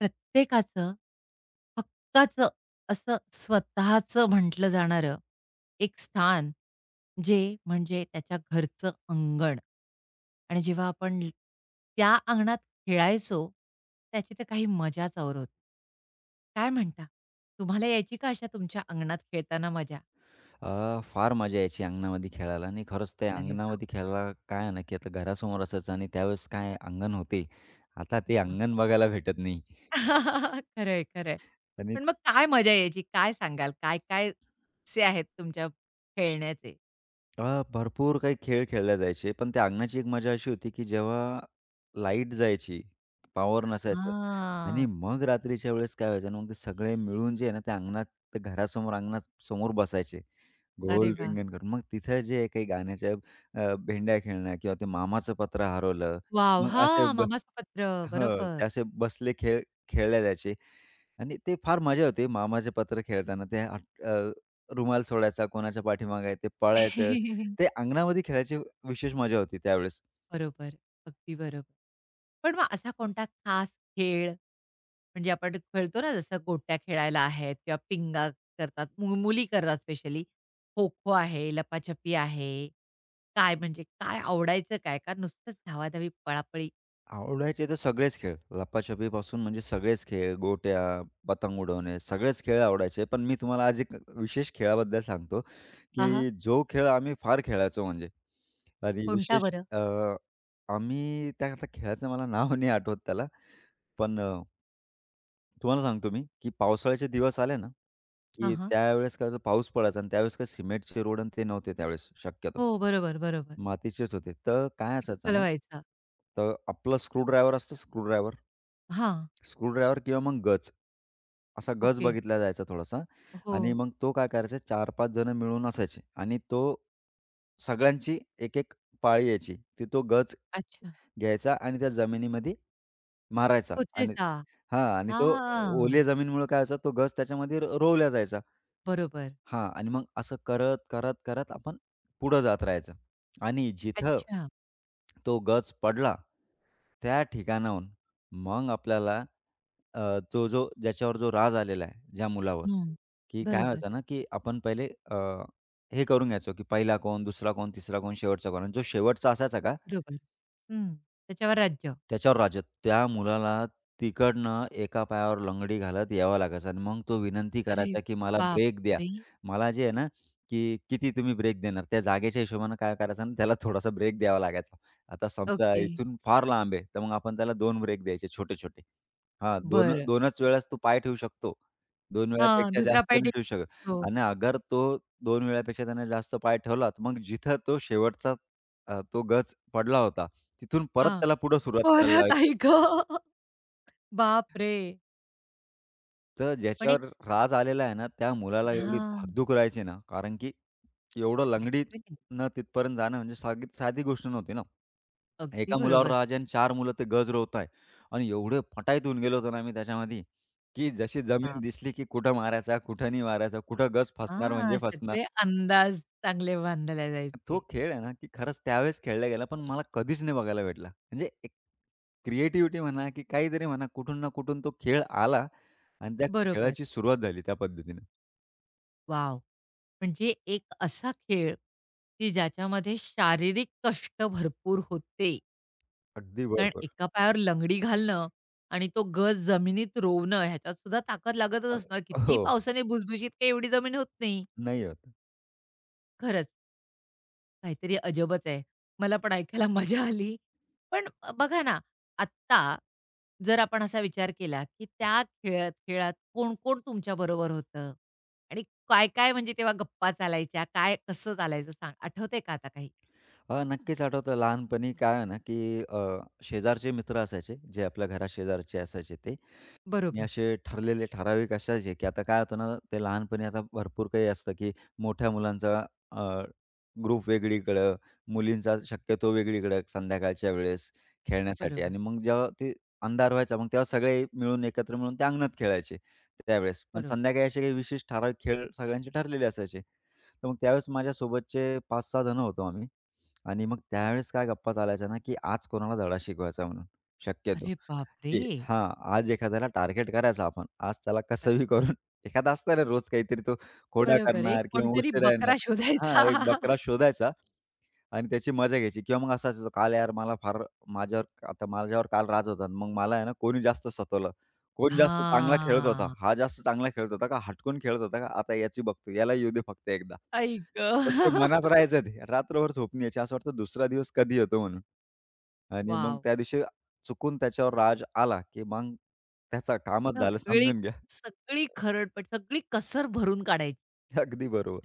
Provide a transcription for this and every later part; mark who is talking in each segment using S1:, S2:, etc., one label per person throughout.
S1: प्रत्येकाचं, हक्काचं असं स्वतःचं म्हटलं जाणारं एक स्थान, जे म्हणजे त्याच्या घरचं अंगण. आणि जेव्हा आपण ल त्या अंगणात खेळायचो, त्याची तर काही मजाच और होती. काय म्हणता? तुम्हाला यायची का अशा तुमच्या अंगणात खेळताना मजा?
S2: फार मजा यायची अंगणामध्ये खेळायला आणि खरंच ते
S1: अरे वाह!
S2: अंगणामध्ये खेळायला काय आहे ना, की आता घरासमोर असायचं आणि त्यावेळेस काय अंगण होते. आता ते अंगण बघायला भेटत नाही
S1: खरंय, खरंय.
S2: आणि
S1: पण मग काय मजा यायची? काय सांगाल? काय-काय किस्से आहेत तुमच्या खेळण्याचे?
S2: भरपूर काही खेळ खेळले जायचे. पण त्या अंगणाची एक मजा अशी होती, की जेव्हा लाईट जायची, पॉवर नसायचं आणि
S1: हां.
S2: मग रात्रीच्या वेळेस काय व्हायचं ना, मग ते सगळे मिळून जे आहे ना, त्या अंगणात त्या घरासमोर अंगणात समोर बसायचे.
S1: अरे
S2: गोल
S1: वाह!
S2: रिंगण करून. मग तिथं जे काही गाण्याच्या भेंड्या खेळणं किंवा ते मामाचं पत्र हरवलं.
S1: वाव!
S2: मग असे
S1: हां, मामाचं पत्र.
S2: हो,
S1: बरोबर.
S2: ते असे बसले खेळ खेळले जायचे आणि ते फार मजा होती. मामाचे पत्र खेळताना ते रुमाल सोडायचा, कोणाच्या पाठीमागे आहे ते पळायचं. ते अंगणामध्ये खेळायची विशेष मजा होती त्यावेळेस.
S1: बरोबर. अगदी बरोबर. पण मग असा कोणता खास खेळ, म्हणजे आपण खेळतो ना जसं गोट्या खेळायला आहेत किंवा पिंगा करतात, मुली करतात स्पेशली. खो-खो आहे, लपाछपी आहे. काय म्हणजे काय आवडायचं काय? का नुसतंच धावाधावी, पळापळी?
S2: आवडायचे तर सगळेच खेळ. लपाछपीपासून म्हणजे सगळेच खेळ, गोट्या, पतंग उडवणे, सगळेच खेळ आवडायचे. पण मी तुम्हाला आज एक विशेष खेळाबद्दल सांगतो,
S1: हां, हां.
S2: की जो खेळ आम्ही फार खेळायचो म्हणजे आणि
S1: कोणता
S2: विशेष
S1: बरं?
S2: आम्ही त्या खेळाचं मला नाव नाही आठवत त्याला. पण तुम्हाला सांगतो मी, की पावसाळ्याचे दिवस आले ना
S1: हां,
S2: की
S1: हां.
S2: त्यावेळेस काय व्हायचं पाऊस पडायचा आणि त्यावेळेस काय सिमेंटचे रोड आणि ते नव्हते त्यावेळेस शक्यतो.
S1: हो, बरोबर, बरोबर.
S2: मातीचेच होते. तर काय असायचं
S1: चिखल
S2: ना,
S1: व्हायचा.
S2: तर आपला स्क्रूड्रायव्हर असतो स्क्रूड्रायव्हर,
S1: हां.
S2: स्क्रूड्रायव्हर किंवा मग गज. असा गज
S1: ओके.
S2: बघितला जायचा थोडासा आणि
S1: हो.
S2: मग तो काय करायचा 4-5 जण मिळून असायचे आणि तो सगळ्यांची एक-एक पाळी यायची. ती तो गज
S1: अच्छा.
S2: घ्यायचा आणि त्या जमिनीमध्ये मारायचा आणि
S1: खोचायचा.
S2: हां आणि तो
S1: हां.
S2: ओल्या जमीनमुळे काय व्हायचा तो गज त्याच्यामध्ये रोवला जायचा.
S1: बरोबर.
S2: हां आणि मग असं करत, करत, करत आपण पुढं जात राहायचं आणि जिथं
S1: अच्छा.
S2: तो गज पडला, त्या ठिकाणाहून मग आपल्याला जो, जो ज्याच्यावर जो राज आलेला आहे, ज्या मुलावर,
S1: हं.
S2: की काय
S1: बरोबर,
S2: व्हायचं ना, की आपण पहिले हे करून घ्यायचो, की पहिला कोण, दुसरा कोण, तिसरा कोण, शेवटचा कोण आणि जो शेवटचा असायचा का,
S1: बरोबर. हं. त्याच्यावर राज्य.
S2: त्याच्यावर राज्य. त्या मुलाला तिकडनं एका पायावर लंगडी घालत यावं लागायचं आणि मग तो विनंती
S1: अरे
S2: करायचा, की "मला ब्रेक द्या."
S1: बापरे!
S2: मला जे आहे ना, की किती तुम्ही ब्रेक देणार? त्या जागेच्या हिशोबानं काय करायचं ना, त्याला थोडासा ब्रेक द्यावा लागायचा. आता समजा
S1: ओके.
S2: इथून फार लांब आहे, तर मग आपण त्याला 2 ब्रेक द्यायचे छोटे-छोटे. हां, दोन
S1: बरं.
S2: 2च वेळेस तू पाय ठेवू शकतो. 2
S1: हां,
S2: वेळापेक्षा
S1: दुसरा
S2: जास्त
S1: पार्टी
S2: नाही ठेवू शकत
S1: हो.
S2: आणि अगर तो 2 वेळापेक्षा त्याने जास्त पाय ठेवला, तर मग जिथं तो शेवटचा तो गज पडला होता तिथून परत
S1: हां.
S2: त्याला पुढे सुरुवात करायला
S1: परत
S2: लावायचं.
S1: आई गं! बापरे!
S2: तर
S1: पण एक
S2: ज्याच्यावर राज आलेला आहे ना, त्या मुलाला एवढी
S1: हां.
S2: धाकधूक राहायची ना, कारण की एवढं
S1: ॲक्चुअली
S2: लंगडीनं तिथपर्यंत जाणं म्हणजे साधी साधी गोष्ट नव्हती ना.
S1: अगदी
S2: एका मुलावर
S1: बरोबर.
S2: राज आहे आणि 4 मुलं ते गज रोवत आहे आणि एवढे फटाईत होऊन गेलो होतो ना आम्ही त्याच्यामध्ये, की जशी जमीन
S1: बाप
S2: दिसली की कुठं मारायचा, कुठं नाही मारायचा, कुठं गज फसणार
S1: हां,
S2: म्हणजे फसणार.
S1: सगळे अंदाज चांगले बांधले
S2: तो
S1: जायचे.
S2: खेळ आहे ना, की खरंच त्यावेळेस खेळला गेला, पण मला कधीच नाही बघायला भेटला. म्हणजे क्रिएटिव्हिटी म्हणा, की काहीतरी म्हणा, कुठून ना कुठून तो खेळ आला आणि त्या
S1: बरोबर.
S2: खेळाची सुरुवात झाली त्या पद्धतीनं.
S1: वॉव! म्हणजे एक असा खेळ, की ज्याच्यामध्ये शारीरिक कष्ट भरपूर होते.
S2: अगदी
S1: कारण
S2: बरोबर.
S1: एका पायावर लंगडी घालणं आणि तो गज जमिनीत रोवणं ह्याच्यात सुद्धा ताकद लागतच
S2: अ,
S1: असणार. कितीही
S2: हो.
S1: पावसाने भुसभुशीत काही एवढी जमीन होत नाही.
S2: नाही होत.
S1: खरंच काहीतरी अजबच आहे. मला पण ऐकायला मजा आली. पण बघा ना, आत्ता जर आपण असा विचार केला, की त्या खेळात खेळात कोण-कोण तुमच्याबरोबर होतं? आणि काय-काय म्हणजे तेव्हा गप्पा चालायच्या? काय कसं चालायचं सांग आठवतंय का आता काही?
S2: नक्कीच आठवतं लहानपणी काय आहे ना, की शेजारचे मित्र असायचे, जे आपल्या घरा शेजारचे असायचे ते. आणि
S1: बरोबर,
S2: असे ठरलेले ठराविक असायचे, की आता काय होतं ना, ते लहानपणी आता भरपूर काही असतं, की मोठ्या मुलांचा अ, ग्रुप वेगळीकडं, मुलींचा शक्यतो वेगळीकडं संध्याकाळच्या वेळेस खेळण्यासाठी
S1: बरोबर,
S2: आणि मग जेव्हा ते अंधार व्हायचा, मग तेव्हा सगळे मिळून एकत्र मिळून त्या अंगणात खेळायचे त्यावेळेस. पण
S1: बरोबर.
S2: संध्याकाळी असे काही विशेष ठराविक खेळ सगळ्यांचे ठरलेले असायचे. तर मग त्यावेळेस माझ्यासोबतचे 5-6 जण होतो आम्ही आणि मग त्यावेळेस काय गप्पा चालायच्या ना, की आज कोणाला धडा शिकवायचा म्हणून शक्यतो.
S1: अरे बापरे!
S2: की हां, आज एखाद्याला टार्गेट करायचं आपण. आज त्याला कसंही करून एखादा असतो ना रोज काहीतरी तो खोडा
S1: बरोबर आहे. एक
S2: करणार किंवा
S1: कोणतरी
S2: उशिरा
S1: बकरा
S2: येणार. हां,
S1: शोधायचा.
S2: एक बकरा शोधायचा आणि त्याची मजा घ्यायची किंवा मग असं असायचं, "काल यार मला फार माझ्यावर आता माझ्यावर काल राज होता आणि मग मला आहे ना कोणी जास्त सतवलं. कोण जास्त चांगला खेळत होता?
S1: हां.
S2: हा जास्त चांगला खेळत होता का? हटकून खेळत होता का? आता याची बघतो. याला येऊ दे फक्त एकदा."
S1: आई
S2: पण
S1: गं!
S2: मनात राहायचं ते. रात्रभर झोप नाही यायची. असं वाटतं दुसरा दिवस कधी येतो म्हणून. आणि मग
S1: वॉव!
S2: त्या दिवशी चुकून त्याच्यावर राज आला, की मग त्याचा कामच झालं
S1: सगळी
S2: समजून घ्या.
S1: सगळी खरडपट, सगळी कसर भरून काढायची.
S2: अगदी बरोबर,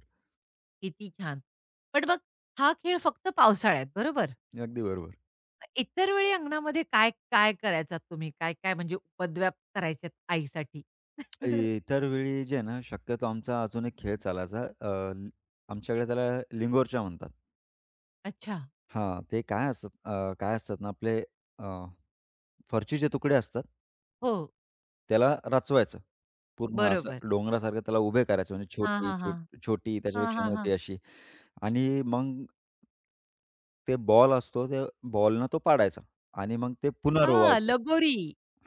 S1: किती छान. पण मग हा खेळ फक्त पावसाळ्यात, बरोबर?
S2: अगदी बरोबर.
S1: मग इतर वेळी अंगणामध्ये काय काय करायचात तुम्ही? काय-काय म्हणजे उपद्व्याप करायचेत आईसाठी?
S2: इतर वेळी जे आहे ना, शक्यतो आमचा अजून एक खेळ चालायचा. ल- आमच्याकडे त्याला लिंगोरच्या म्हणतात.
S1: अच्छा.
S2: हां, ते काय असतात काय असतात ना आपले अ, फरचीचे तुकडे असतात.
S1: हो,
S2: त्याला रचवायचं. पूर्ण असं
S1: बरोबर.
S2: डोंगरासारखं त्याला उभे करायचं म्हणजे
S1: हां,
S2: छोटी,
S1: हां, हां.
S2: छोटी
S1: हां,
S2: त्याच्यापेक्षा
S1: हां, हां.
S2: मोठी अशी आणि मग ते बॉल असतो, त्या बॉलनं तो पाडायचा आणि मग ते पुन्हा
S1: हां,
S2: रोवायचं.
S1: लगोरी.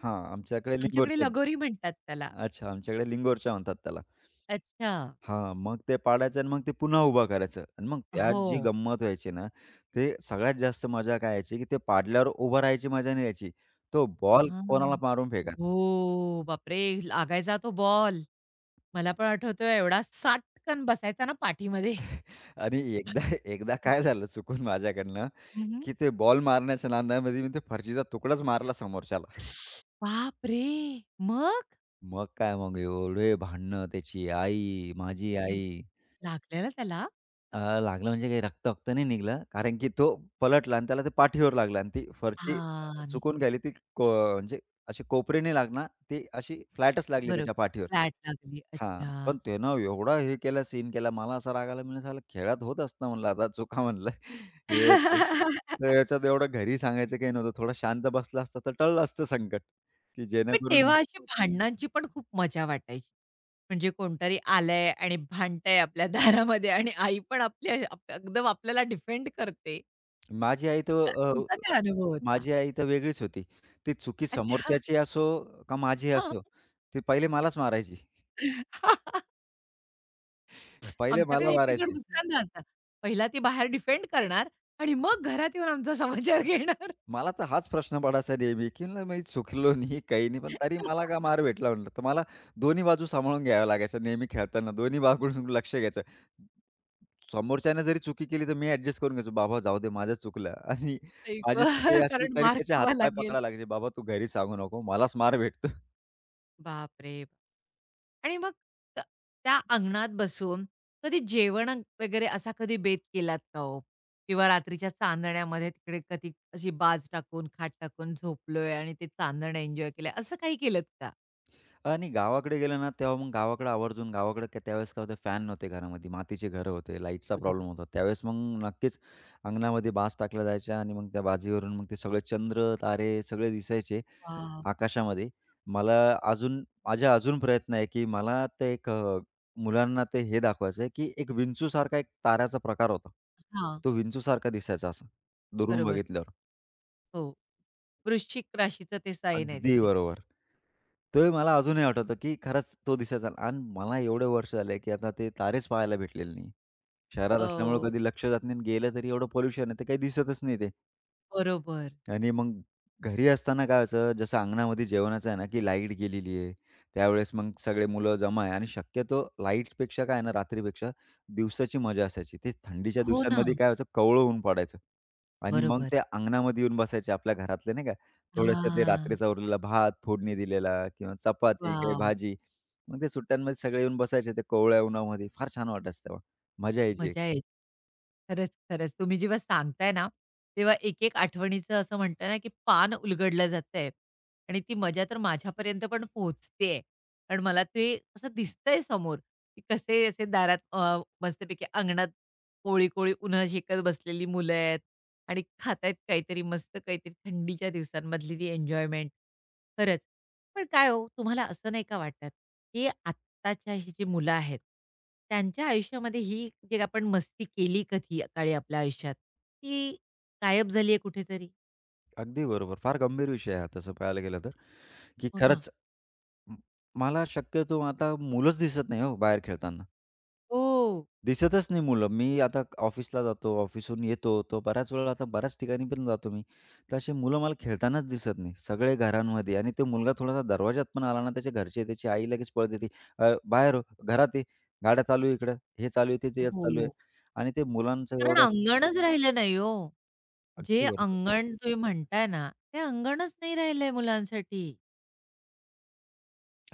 S2: हां, आमच्याकडे
S1: आमच्याकडे
S2: लिंगोरचंद.
S1: लगोरी म्हणतात त्याला.
S2: अच्छा, आमच्याकडे लिंगोरच्या म्हणतात त्याला.
S1: अच्छा.
S2: हां, मग ते पाडायचं आणि मग ते पुन्हा उभा करायचं आणि मग त्यात जी
S1: हो.
S2: गंमत व्हायची ना, ते सगळ्यात जास्त मजा काय यायची, की ते पाडल्यावर उभं राहायची मजा नाही यायची. तो बॉल कोणाला
S1: हां.
S2: मारून फेकायचा.
S1: हो, बापरे! लागायचा तो बॉल. मला पण आठवतोय एवढा साटकन बसायचा ना पाठीमध्ये.
S2: आणि एकदा एकदा काय झालं चुकून माझ्याकडनं,
S1: हं, हं.
S2: की ते बॉल मारण्याच्या नादामध्ये मी ते फरशीचा तुकडाच मारला समोरच्याला.
S1: बापरे! मग?
S2: मग काय, मग एवढे भांडणं त्याची आई, माझी
S1: आई
S2: आई.
S1: गं! लागलेला त्याला?
S2: लागलं म्हणजे काही रक्त-वक्त नाही निघालं. कारण की तो पलटला आणि त्याला ते पाठीवर लागलं आणि ती फरशी
S1: हां,
S2: चुकून
S1: नक्की.
S2: गेली. ती को म्हणजे अशी कोपरीने लागणार, ती अशी फ्लॅटच लागली
S1: बरोबर.
S2: त्याच्या पाठीवर.
S1: फ्लॅट लागली.
S2: हां. पण
S1: अच्छा.
S2: त्यानं एवढा हे केला, सीन केला. मला असा राग आला, म्हणलं "साला खेळात होत असतं" म्हणलं, "आता चुका" म्हणलं. हे ते. तर याच्यात एवढं घरी सांगायचं काही नव्हतं. थोडा शांत बसला असता तर टळलं असतं संकट, की
S1: पण
S2: जेणेकरून
S1: तेव्हा अशी भांडणांची पण खूप मजा वाटायची. म्हणजे कोणतरी आलंय आणि भांडतंय आपल्या दारामध्ये आणि आई पण आपल्या आप एकदम आपल्याला डिफेंड करते.
S2: माझी आई तर अ
S1: तुमचा काय अनुभव होता?
S2: माझी आई तर वेगळीच होती. ती चुकी
S1: अच्छा.
S2: समोरच्याची असो का माझी असो, ती पहिले मलाच मारायची. पहिले
S1: आमच्याकडे
S2: मला
S1: एपिसोड
S2: मारायची.
S1: दुसऱ्यांदा असा. पहिला ती बाहेर डिफेंड करणार आणि मग घरात येऊन आमचा समाचार घेणार.
S2: मला तर हाच प्रश्न पडायचा नेहमी, की म्हणलं मी चुकलो नाही, काही नाही, पण तरी मला का मार भेटला म्हणलं. तर मला दोन्ही बाजू सांभाळून घ्याव्या लागायच्या नेहमी खेळताना. दोन्ही बाजूकडून लक्ष घ्यायचं. समोरच्यानं जरी चुकी केली, तर मी ॲडजस्ट करून घ्यायचो. "बाबा जाऊ दे, माझं चुकलं." आणि
S1: आई
S2: माझी चुकी
S1: गं!
S2: असली
S1: कारण
S2: तरी
S1: मार
S2: त्याचे
S1: खावा
S2: हातपाय
S1: लागेल.
S2: पकडायला लागायचे. "बाबा तू घरी सांगू नको, मलाच मार भेटतो."
S1: बापरे! बाप. आणि मग त त्या अंगणात बसून कधी वगैरे असा कधी बेत केलात का हो? किंवा रात्रीच्या चांदण्यामध्ये तिकडे कधी अशी बाज टाकून, खाट टाकून झोपलोय आणि ते चांदणं एन्जॉय केलंय, असं काही केलत का?
S2: आणि गावाकडे गेलं ना, तेव्हा मग गावाकडे आवर्जून गावाकडे काय त्यावेळेस काय होतं फॅन नव्हते घरामध्ये, मातीचे घरं होते, लाईटचा
S1: बरोबर.
S2: प्रॉब्लेम होता. त्यावेळेस मग नक्कीच अंगणामध्ये बाज टाकल्या जायच्या आणि मग त्या बाजीवरून मग ते सगळे चंद्र, तारे सगळे दिसायचे
S1: वाह!
S2: आकाशामध्ये. मला अजून माझा अजून प्रयत्न आहे, की मला ते एक मुलांना ते हे दाखवायचं आहे, की एक विंचूसारखा एक ताऱ्याचा प्रकार होता.
S1: हां,
S2: तो विंचूसारखा दिसायचा असा, दुरून
S1: बरोबर.
S2: बघितल्यावर.
S1: हो. वृश्चिक राशीचं ते साईन आहे
S2: अगदी
S1: तिथे.
S2: बरोबर. ते मला अजूनही आठवतं, की खरंच तो दिसायचा आणि मला एवढे वर्ष झाले, की आता ते तारेच पाहायला भेटलेले नाही. शहरात असल्यामुळे
S1: अ,
S2: कधी लक्ष जात नाही आणि गेलं तरी एवढं पोल्युशन आहे, ते काही दिसतच नाही ते.
S1: बरोबर.
S2: आणि मग घरी असताना काय व्हायचं, जसं अंगणामध्ये जेवणाचं आहे ना, की लाईट गेलेली आहे. त्यावेळेस मग सगळे मुलं जमा आहे आणि शक्यतो लाईटपेक्षा काय आहे ना, रात्रीपेक्षा दिवसाची मजा असायची. तेच थंडीच्या
S1: हो ना.
S2: दिवसांमध्ये काय व्हायचं, कोवळं ऊन पडायचं आणि मग
S1: बरोबर.
S2: ते अंगणामध्ये येऊन बसायचे आपल्या घरातले नाही का, थोडंसं ते
S1: हां.
S2: रात्रीचा उरलेला भात, फोडणी दिलेला किंवा चपाती, काही
S1: वॉव!
S2: भाजी. मग ते सुट्ट्यांमध्ये सगळे येऊन बसायचे ते कोवळ्या उन्हामध्ये. फार छान वाटायचं तेव्हा. मजा यायची एक.
S1: मजा येते. खरंच, खरंच. तुम्ही जेव्हा सांगताय ना, तेव्हा एक-एक आठवणीचं असं म्हणताय ना, की पान उलगडलं जातंय आणि ती मजा तर माझ्यापर्यंत पण पोहोचतेय. कारण मला ते असं दिसतंय समोर, की कसे असे दारात मस्तपैकी अंगणात कोळी-कोळी उन्हं शेकत बसलेली मुलं आहेत आणि खातायत काहीतरी मस्त काहीतरी थंडीच्या दिवसांमधली ती एन्जॉयमेंट. खरंच. पण काय हो, तुम्हाला असं नाही का वाटत, की आत्ताच्या ही जी मुलं आहेत, त्यांच्या आयुष्यामध्ये ही जे आपण मस्ती केली कधी काळी आपल्या आयुष्यात, ती गायब झाली आहे कुठेतरी?
S2: अगदी बरोबर. फार गंभीर विषय आहे हा तसं पाहायला गेलं तर, की
S1: हो ना.
S2: खरंच म मला शक्यतो आता मुलंच दिसत नाही हो बाहेर खेळताना.
S1: हो.
S2: दिसतच नाही मुलं. मी आता ऑफिसला जातो, ऑफिसहून येतो, तो बऱ्याच वेळा आता बऱ्याच ठिकाणी पण जातो मी. तर अशी मुलं मला खेळतानाच दिसत नाही. सगळे घरांमध्ये आणि तो मुलगा थोडासा दरवाजात पण आला ना, त्याच्या घरचे, त्याची आई लगेच पळत येते. " बाहेर हो, घरात ये. गाड्या चालू आहे इकडं. हे चालू आहे, ते ते चालू आहे."
S1: हो.
S2: आणि ते मुलांचं
S1: कारण
S2: एवढं
S1: अंगणच राहिलं नाही हो. जे
S2: अगदी बरोबर.
S1: अंगण तुम्ही म्हणताय ना, ते अंगणच नाही राहिलंय मुलांसाठी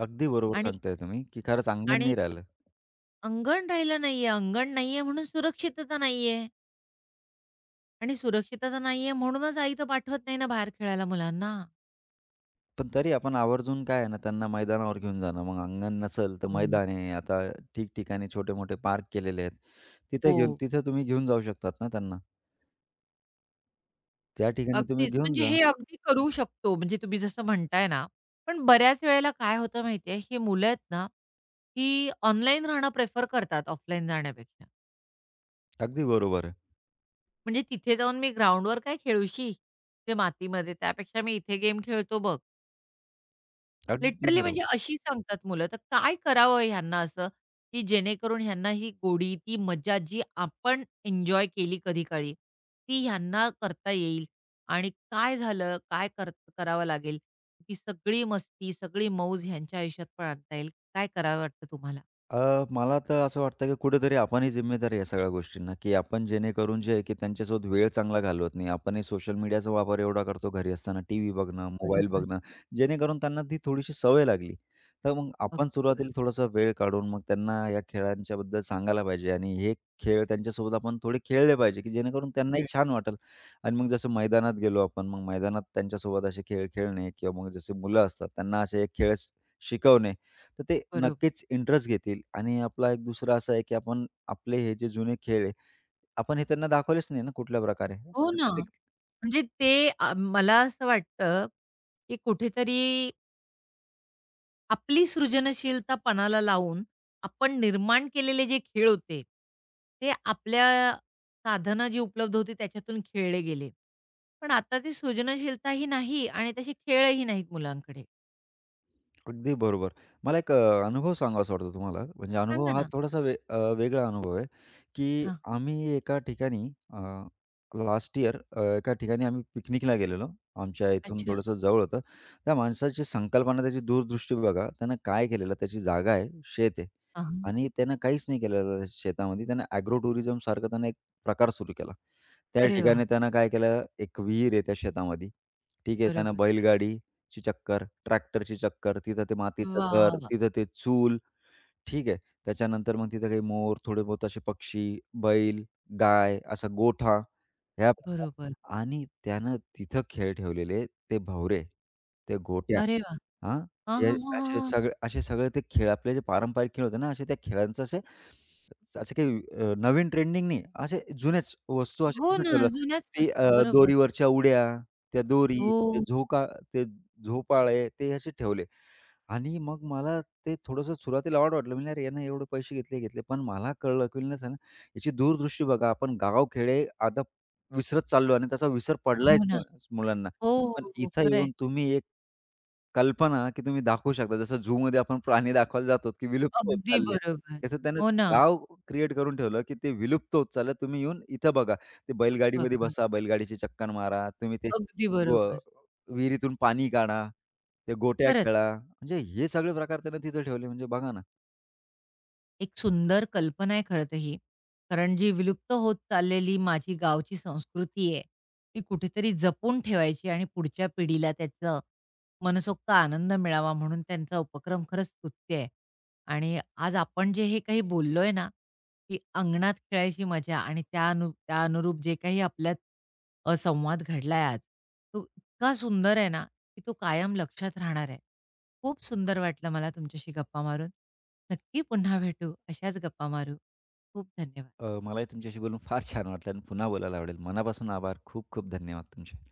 S2: अगदी बरोबर
S1: आणि
S2: सांगताय तुम्ही, की खरंच अंगण
S1: आणि
S2: नाही राहिलं.
S1: अंगण राहिलं नाहीये. अंगण नाहीये म्हणून सुरक्षितता नाहीये आणि सुरक्षितता नाहीये म्हणूनच आई तर पाठवत नाही ना बाहेर खेळायला मुलांना.
S2: पण तरी आपण आवर्जून काय आहे ना, त्यांना मैदानावर घेऊन जाणं. मग अंगण नसेल तर
S1: हो.
S2: मैदान आहे. आता ठिकठिकाणी छोटे-मोठे पार्क केलेले आहेत. तिथे घेऊन
S1: हो.
S2: तिथे तुम्ही घेऊन जाऊ शकतात ना त्यांना. त्या ठिकाणी तुम्ही
S1: अगदीच.
S2: घेऊन
S1: म्हणजे
S2: जा.
S1: हे अगदी करू शकतो, म्हणजे तुम्ही जसं म्हणताय ना, पण बऱ्याच वेळेला काय होतं माहिती आहे, ही मुलं आहेत ना, ही ऑनलाईन राहणं प्रेफर करतात ऑफलाईन जाण्यापेक्षा.
S2: अगदी बरोबर आहे.
S1: म्हणजे तिथे जाऊन मी ग्राउंडवर काय खेळूशी, ते मातीमध्ये, त्यापेक्षा मी इथे गेम खेळतो बघ.
S2: अगदी
S1: लिटरली म्हणजे
S2: बरोबर.
S1: अशी सांगतात मुलं, तर काय करावं ह्यांना असं, की जेणेकरून ह्यांना ही गोडी, ती मजा जी आपण एन्जॉय केली कधी-काळी, ती ह्यांना करता येईल आणि काय झालं, काय कर करावं लागेल? ती सगळी मस्ती, सगळी मौज ह्यांच्या आयुष्यात पण आणता येईल. काय करावं वाटतं तुम्हाला?
S2: मला तर असं वाटतं की कुठेतरी आपणही जिम्मेदार आहे या सगळ्या गोष्टींना, की आपण जेणेकरून जे आहे की त्यांच्यासोबत वेळ चांगला घालवत नाही. आपणही सोशल मीडियाचा वापर एवढा करतो घरी असताना टीव्ही बघणं, मोबाईल
S1: बरोबर.
S2: बघणं, जेणेकरून त्यांना ती थोडीशी सवय लागली. तर मग आपण
S1: अगदी
S2: सुरुवातीला
S1: बरोबर.
S2: थोडासा वेळ काढून मग त्यांना या खेळांच्याबद्दल सांगायला पाहिजे आणि हे खेळ त्यांच्यासोबत आपण थोडे खेळले पाहिजे, की जेणेकरून त्यांनाही
S1: खेळणे.
S2: छान वाटेल. आणि मग जसं मैदानात गेलो आपण, मग मैदानात त्यांच्यासोबत असे खेळ खेळणे किंवा मग जसे मुलं असतात त्यांना असे खेळ शिकवणे तर ते
S1: बरोबर.
S2: नक्कीच इंटरेस्ट घेतील आणि आपला एक दुसरा असा आहे, की आपण आपले हे जे जुने खेळ आहे, आपण हे त्यांना दाखवलेच नाही ना कुठल्या प्रकारे.
S1: हो
S2: तर
S1: ना.
S2: ते
S1: म्हणजे मला असं वाटतं, की कुठेतरी आपली सृजनशीलता पणाला लावून आपण निर्माण केलेले जे खेळ होते, ते आपल्या साधनं जी उपलब्ध होती त्याच्यातून खेळले गेले. पण आता ती सृजनशीलताही नाही आणि तसे खेळही नाहीत मुलांकडे.
S2: अगदी बरोबर. मला एक अनुभव सांगावासा वाटतो तुम्हाला. म्हणजे अनुभव
S1: सांगा
S2: हा
S1: ना?
S2: थोडासा वेगळा अनुभव आहे, की
S1: हां.
S2: आम्ही एका ठिकाणी लास्ट इयर एका ठिकाणी आम्ही पिकनिकला गेलेलो. आमच्या इथून
S1: अच्छा.
S2: थोडंसं जवळ होतं. त्या माणसाची संकल्पना, त्याची दूरदृष्टी बघा. त्यानं काय केलेलं, त्याची जागा आहे, शेत आहे.
S1: हां, हां.
S2: आणि त्यानं काहीच नाही केलेलं त्या शेतामध्ये. त्यानं ॲग्रो टुरिझम सारखा त्यानं एक प्रकार सुरू केला. त्या
S1: अरे वाह!
S2: ठिकाणी त्यानं काय केलं, एक विहीर आहे त्या शेतामध्ये. ठीक आहे. त्यानं
S1: बरोबर.
S2: बैलगाडीची चक्कर, ट्रॅक्टरची चक्कर, तिथं ते मातीचं
S1: वाह,
S2: घर,
S1: वाह!
S2: तिथं ते चूल, ठीक आहे. त्याच्यानंतर मग तिथं काही मोर, थोडे बहुत असे पक्षी, बैल, गाय, असा गोठा ह्या प्रकार.
S1: बरोबर.
S2: आणि त्यानं तिथं खेळ ठेवलेले ते भवरे, ते गोट्या.
S1: अरे वाह!
S2: हां,
S1: हां,
S2: हे
S1: हां, हां, हां,
S2: असे
S1: हां.
S2: सगळे असे सगळे ते खेळ आपले जे पारंपरिक खेळ होते ना, असे त्या खेळांचं असे असे काही नवीन ट्रेंडिंग नाही, असे जुन्याच वस्तू अशा
S1: हो
S2: तिथं
S1: ना,
S2: ठेवल्या.
S1: जुन्याच
S2: ती
S1: वस्तू. बरोबर.
S2: दोरीवरच्या उड्या, त्या दोरी, ते
S1: हो,
S2: झोका ते झोपाळे ते असे ठेवले आणि मग मला ते थोडंसं सुरुवातीला ऑड वाटलं. म्हणलं, "अरे, यानं एवढे पैसे घेतले, घेतले." पण मला कळलं की म्हणलं, "चला, याची दूरदृष्टी बघा, आपण गावखेडे आता विसरत चाललो आणि त्याचा विसर पडलाय
S1: हो ना.
S2: मुलांना.
S1: हो,
S2: पण
S1: हो, हो.
S2: इथं
S1: खरंय.
S2: येऊन तुम्ही एक" कल्पना, की तुम्ही दाखवू शकता. जसं झूमध्ये आपण प्राणी दाखवायला जातो, की विलुप्त होत
S1: अगदी
S2: चालले.
S1: बरोबर.
S2: तसं त्यानं
S1: हो
S2: ते
S1: ना.
S2: गाव क्रिएट करून ठेवलं, की ते विलुप्त होत चाललं. तुम्ही येऊन इथं बघा. ते बैलगाडीमध्ये
S1: बघा.
S2: बसा, बैलगाडीची चक्कर मारा. तुम्ही ते
S1: अगदी
S2: व
S1: बरोबर.
S2: विहिरीतून पाणी काढा, ते गोट्या
S1: खरंच.
S2: खेळा. म्हणजे हे सगळे प्रकार त्यानं तिथं ठेवले. म्हणजे बघा ना,
S1: एक सुंदर कल्पना आहे खरं तर ही. कारण जी विलुप्त होत चाललेली माझी गावची संस्कृती आहे, ती कुठेतरी जपून ठेवायची आणि पुढच्या पिढीला त्याचं मनसोक्त आनंद मिळावा म्हणून त्यांचा उपक्रम खरंच स्तुत्य आहे. आणि आज आपण जे हे काही बोललोय ना, की अंगणात खेळायची मजा आणि त्या अनुरूप जे काही आपल्यात संवाद घडलाय आज, तो इतका सुंदर आहे ना की तो कायम लक्षात राहणार आहे. खूप सुंदर वाटलं मला तुमच्याशी गप्पा मारून. नक्की पुन्हा भेटू. अशाच गप्पा मारू. खूप धन्यवाद.
S2: मलाही तुमच्याशी बोलून फार छान वाटलं आणि पुन्हा बोलायला आवडेल. मनापासून आभार. खूप खूप धन्यवाद तुमचे.